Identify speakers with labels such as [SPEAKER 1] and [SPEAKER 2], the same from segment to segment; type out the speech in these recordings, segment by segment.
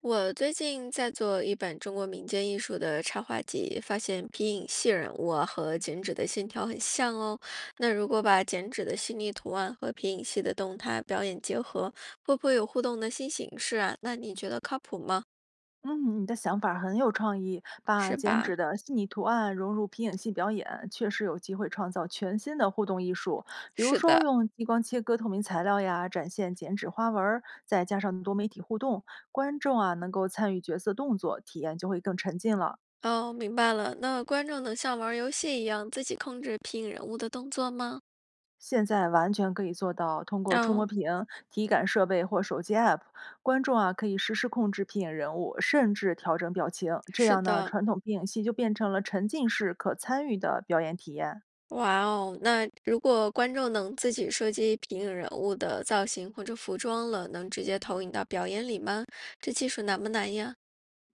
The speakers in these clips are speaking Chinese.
[SPEAKER 1] 我最近在做一本中国民间艺术的插画集，发现皮影戏人物啊和剪纸的线条很像哦。那如果把剪纸的细腻图案和皮影戏的动态表演结合，会不会有互动的新形式啊？那你觉得靠谱吗？
[SPEAKER 2] 嗯，你的想法很有创意，把
[SPEAKER 1] 是
[SPEAKER 2] 剪纸
[SPEAKER 1] 吧？
[SPEAKER 2] 的细腻图案融入皮影戏表演，确实有机会创造全新的互动艺术。比如
[SPEAKER 1] 是
[SPEAKER 2] 说，
[SPEAKER 1] 的。
[SPEAKER 2] 用激光切割透明材料呀，展现剪纸花纹儿，再加上多媒体互动，观众啊能够参与角色动作，体验就会更沉浸了。
[SPEAKER 1] 哦，明白了。那观众能像玩儿游戏一样自己控制皮影人物的动作吗？
[SPEAKER 2] 现在完全可以做到，通过触摸
[SPEAKER 1] 哦，
[SPEAKER 2] 屏、体感设备或手机 App，观众啊可以实时控制皮影人物，甚至调整表情。这
[SPEAKER 1] 是
[SPEAKER 2] 样呢，
[SPEAKER 1] 的。
[SPEAKER 2] 传统皮影戏就变成了沉浸式可参与的表演体验。
[SPEAKER 1] 哇哦，那如果观众能自己设计皮影人物的造型或者服装了，能直接投影到表演里吗？这技术难不难呀？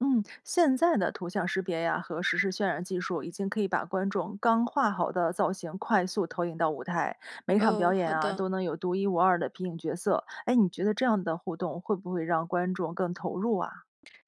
[SPEAKER 2] 嗯，现在的图像识别呀和实时渲染技术已经可以把观众刚画好的造型快速投影到舞台，每场
[SPEAKER 1] 哦，
[SPEAKER 2] 表演
[SPEAKER 1] 好
[SPEAKER 2] 啊
[SPEAKER 1] 的，
[SPEAKER 2] 都能有独一无二的皮影角色。哎，你觉得这样的互动会不会让观众更投入啊？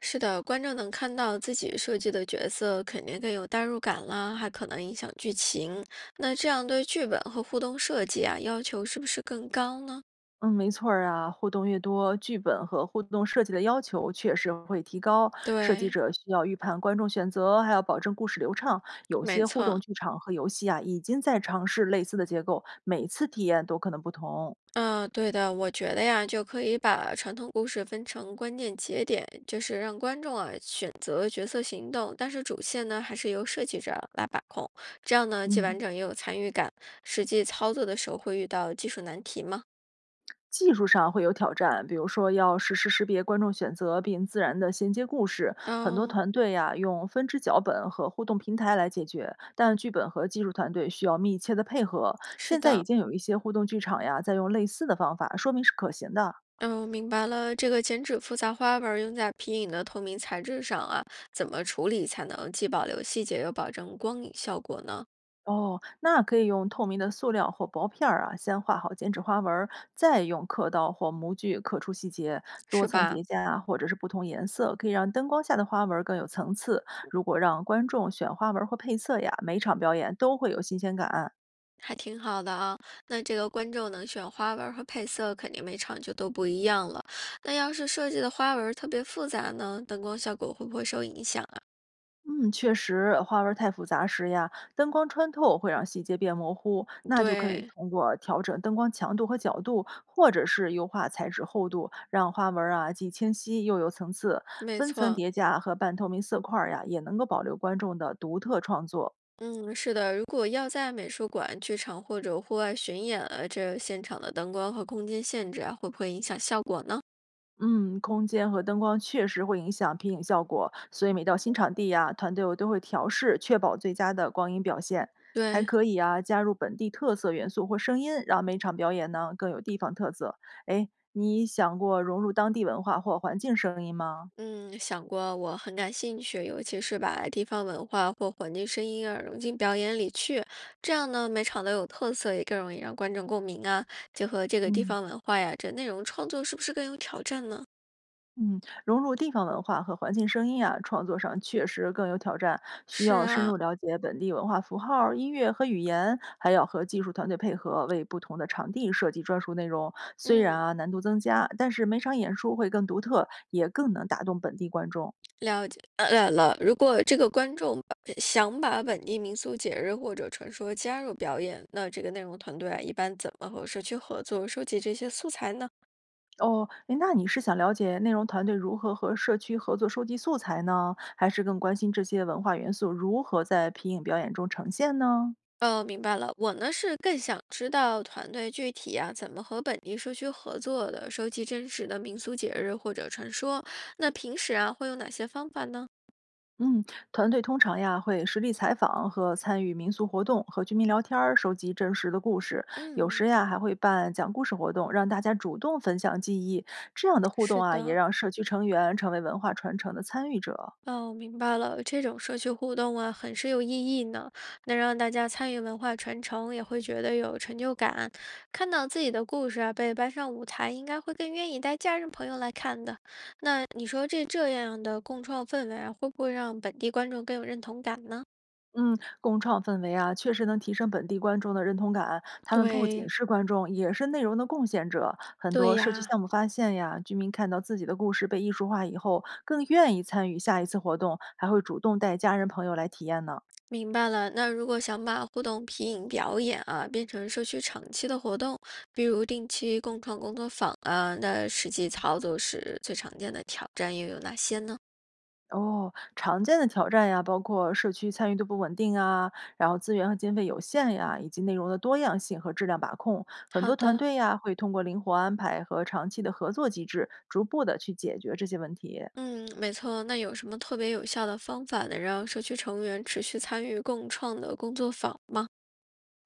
[SPEAKER 1] 是的，观众能看到自己设计的角色，肯定更有代入感啦，还可能影响剧情。那这样对剧本和互动设计啊，要求是不是更高呢？
[SPEAKER 2] 嗯，没错儿啊，互动越多，剧本和互动设计的要求确实会提高。设计
[SPEAKER 1] 对，
[SPEAKER 2] 者需要预判观众选择，还要保证故事流畅。有
[SPEAKER 1] 没
[SPEAKER 2] 些互动
[SPEAKER 1] 错。
[SPEAKER 2] 剧场和游戏啊，已经在尝试类似的结构，每次体验都可能不同。
[SPEAKER 1] 嗯，对的，我觉得呀，就可以把传统故事分成关键节点，就是让观众啊选择角色行动，但是主线呢还是由设计者来把控，这样呢既
[SPEAKER 2] 嗯。
[SPEAKER 1] 完整也有参与感。实际操作的时候会遇到技术难题吗？
[SPEAKER 2] 技术上会有挑战，比如说要实时识别观众选择并自然的衔接故事。很多
[SPEAKER 1] 嗯，
[SPEAKER 2] 团队呀、用分支脚本和互动平台来解决，但剧本和技术团队需要密切的配合。
[SPEAKER 1] 是
[SPEAKER 2] 现在已
[SPEAKER 1] 的。
[SPEAKER 2] 经有一些互动剧场呀在用类似的方法，说明是可行的。
[SPEAKER 1] 嗯，我明白了。这个剪纸复杂花纹儿用在皮影的透明材质上啊，怎么处理才能既保留细节又保证光影效果呢？
[SPEAKER 2] 哦，那可以用透明的塑料或薄片儿啊，先画好剪纸花纹儿，再用刻刀或模具刻出细节，多
[SPEAKER 1] 是
[SPEAKER 2] 层
[SPEAKER 1] 吧？
[SPEAKER 2] 叠加啊或者是不同颜色，可以让灯光下的花纹儿更有层次。如果让观众选花纹儿或配色呀，每场表演都会有新鲜感。
[SPEAKER 1] 还挺好的啊，那这个观众能选花纹儿和配色，肯定每场就都不一样了。那要是设计的花纹儿特别复杂呢，灯光效果会不会受影响啊？
[SPEAKER 2] 嗯，确实，花纹儿太复杂时呀，灯光穿透会让细节变模糊，那就可以
[SPEAKER 1] 对，
[SPEAKER 2] 通过调整灯光强度和角度，或者是优化材质厚度，让花纹儿啊既清晰又有层次。
[SPEAKER 1] 没
[SPEAKER 2] 分层
[SPEAKER 1] 错，
[SPEAKER 2] 叠加和半透明色块儿呀，也能够保留观众的独特创作。
[SPEAKER 1] 嗯，是的，如果要在美术馆、剧场或者户外巡演，这现场的灯光和空间限制啊，会不会影响效果呢？
[SPEAKER 2] 嗯，空间和灯光确实会影响皮影效果，所以每到新场地呀、团队我都会调试，确保最佳的光影表现。还
[SPEAKER 1] 对。
[SPEAKER 2] 可以啊，加入本地特色元素或声音，让每场表演呢更有地方特色。哎，你想过融入当地文化或环境声音吗？
[SPEAKER 1] 嗯，想过，我很感兴趣，尤其是把地方文化或环境声音啊融进表演里去，这样呢，每场都有特色，也更容易让观众共鸣啊。结合这个地
[SPEAKER 2] 嗯。
[SPEAKER 1] 方文化呀，这内容创作是不是更有挑战呢？
[SPEAKER 2] 嗯，融入地方文化和环境声音啊，创作上确实更有挑战，需
[SPEAKER 1] 是
[SPEAKER 2] 要深
[SPEAKER 1] 啊，
[SPEAKER 2] 入了解本地文化符号、音乐和语言，还要和技术团队配合，为不同的场地设计专属内容。虽然
[SPEAKER 1] 嗯，
[SPEAKER 2] 啊难度增加，但是每场演出会更独特，也更能打动本地观众。
[SPEAKER 1] 了解，了了。如果这个观众把想把本地民俗节日或者传说加入表演，那这个内容团队啊，一般怎么和社区合作收集这些素材呢？
[SPEAKER 2] 哦，诶那你是想了解内容团队如何和社区合作收集素材呢，还是更关心这些文化元素如何在皮影表演中呈现呢？
[SPEAKER 1] 哦，明白了。我呢是更想知道团队具体啊怎么和本地社区合作的，收集真实的民俗节日或者传说。那平时啊会有哪些方法呢？
[SPEAKER 2] 嗯，团队通常呀会实地采访和参与民俗活动，和居民聊天儿，收集真实的故事。有
[SPEAKER 1] 嗯，
[SPEAKER 2] 时呀还会办讲故事活动，让大家主动分享记忆。这样的互动
[SPEAKER 1] 是
[SPEAKER 2] 啊，也
[SPEAKER 1] 的。
[SPEAKER 2] 让社区成员成为文化传承的参与者。
[SPEAKER 1] 哦，明白了，这种社区互动啊，很是有意义呢，能让大家参与文化传承，也会觉得有成就感。看到自己的故事啊被搬上舞台，应该会更愿意带家人朋友来看的。那你说这样的共创氛围啊，会不会让本地观众更有认同感呢？
[SPEAKER 2] 嗯，共创氛围啊，确实能提升本地观众的认同感。他们不仅
[SPEAKER 1] 对，
[SPEAKER 2] 是观众，也是内容的贡献者。很
[SPEAKER 1] 对
[SPEAKER 2] 多社区
[SPEAKER 1] 呀，
[SPEAKER 2] 项目发现呀，居民看到自己的故事被艺术化以后，更愿意参与下一次活动，还会主动带家人朋友来体验呢。
[SPEAKER 1] 明白了。那如果想把互动皮影表演啊变成社区长期的活动，比如定期共创工作坊啊，那实际操作时最常见的挑战又有哪些呢？
[SPEAKER 2] 哦，常见的挑战呀，包括社区参与度不稳定啊，然后资源和经费有限呀，以及内容的多样性和质量把控。很
[SPEAKER 1] 好
[SPEAKER 2] 多团
[SPEAKER 1] 的，
[SPEAKER 2] 队呀，会通过灵活安排和长期的合作机制，逐步的去解决这些问题。
[SPEAKER 1] 嗯，没错。那有什么特别有效的方法能让社区成员持续参与共创的工作坊吗？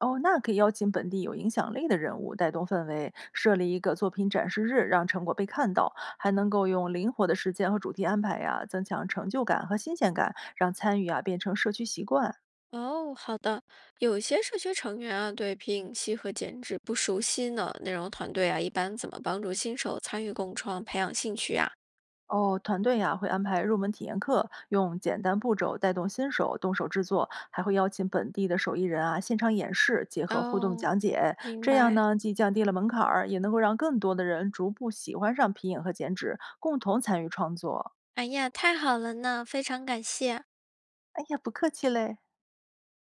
[SPEAKER 2] 哦，那可以邀请本地有影响力的人物带动氛围，设立一个作品展示日，让成果被看到，还能够用灵活的时间和主题安排呀，增强成就感和新鲜感，让参与啊变成社区习惯。
[SPEAKER 1] 哦，好的。有些社区成员啊，对皮影戏和剪纸不熟悉呢，内容团队啊，一般怎么帮助新手参与共创、培养兴趣呀？
[SPEAKER 2] 哦，团队呀、会安排入门体验课，用简单步骤带动新手动手制作，还会邀请本地的手艺人啊现场演示，结合互动
[SPEAKER 1] 哦，
[SPEAKER 2] 讲解，
[SPEAKER 1] 明
[SPEAKER 2] 这样
[SPEAKER 1] 白。
[SPEAKER 2] 呢既降低了门槛儿，也能够让更多的人逐步喜欢上皮影和剪纸，共同参与创作。
[SPEAKER 1] 哎呀，太好了呢，非常感谢。
[SPEAKER 2] 哎呀，不客气嘞。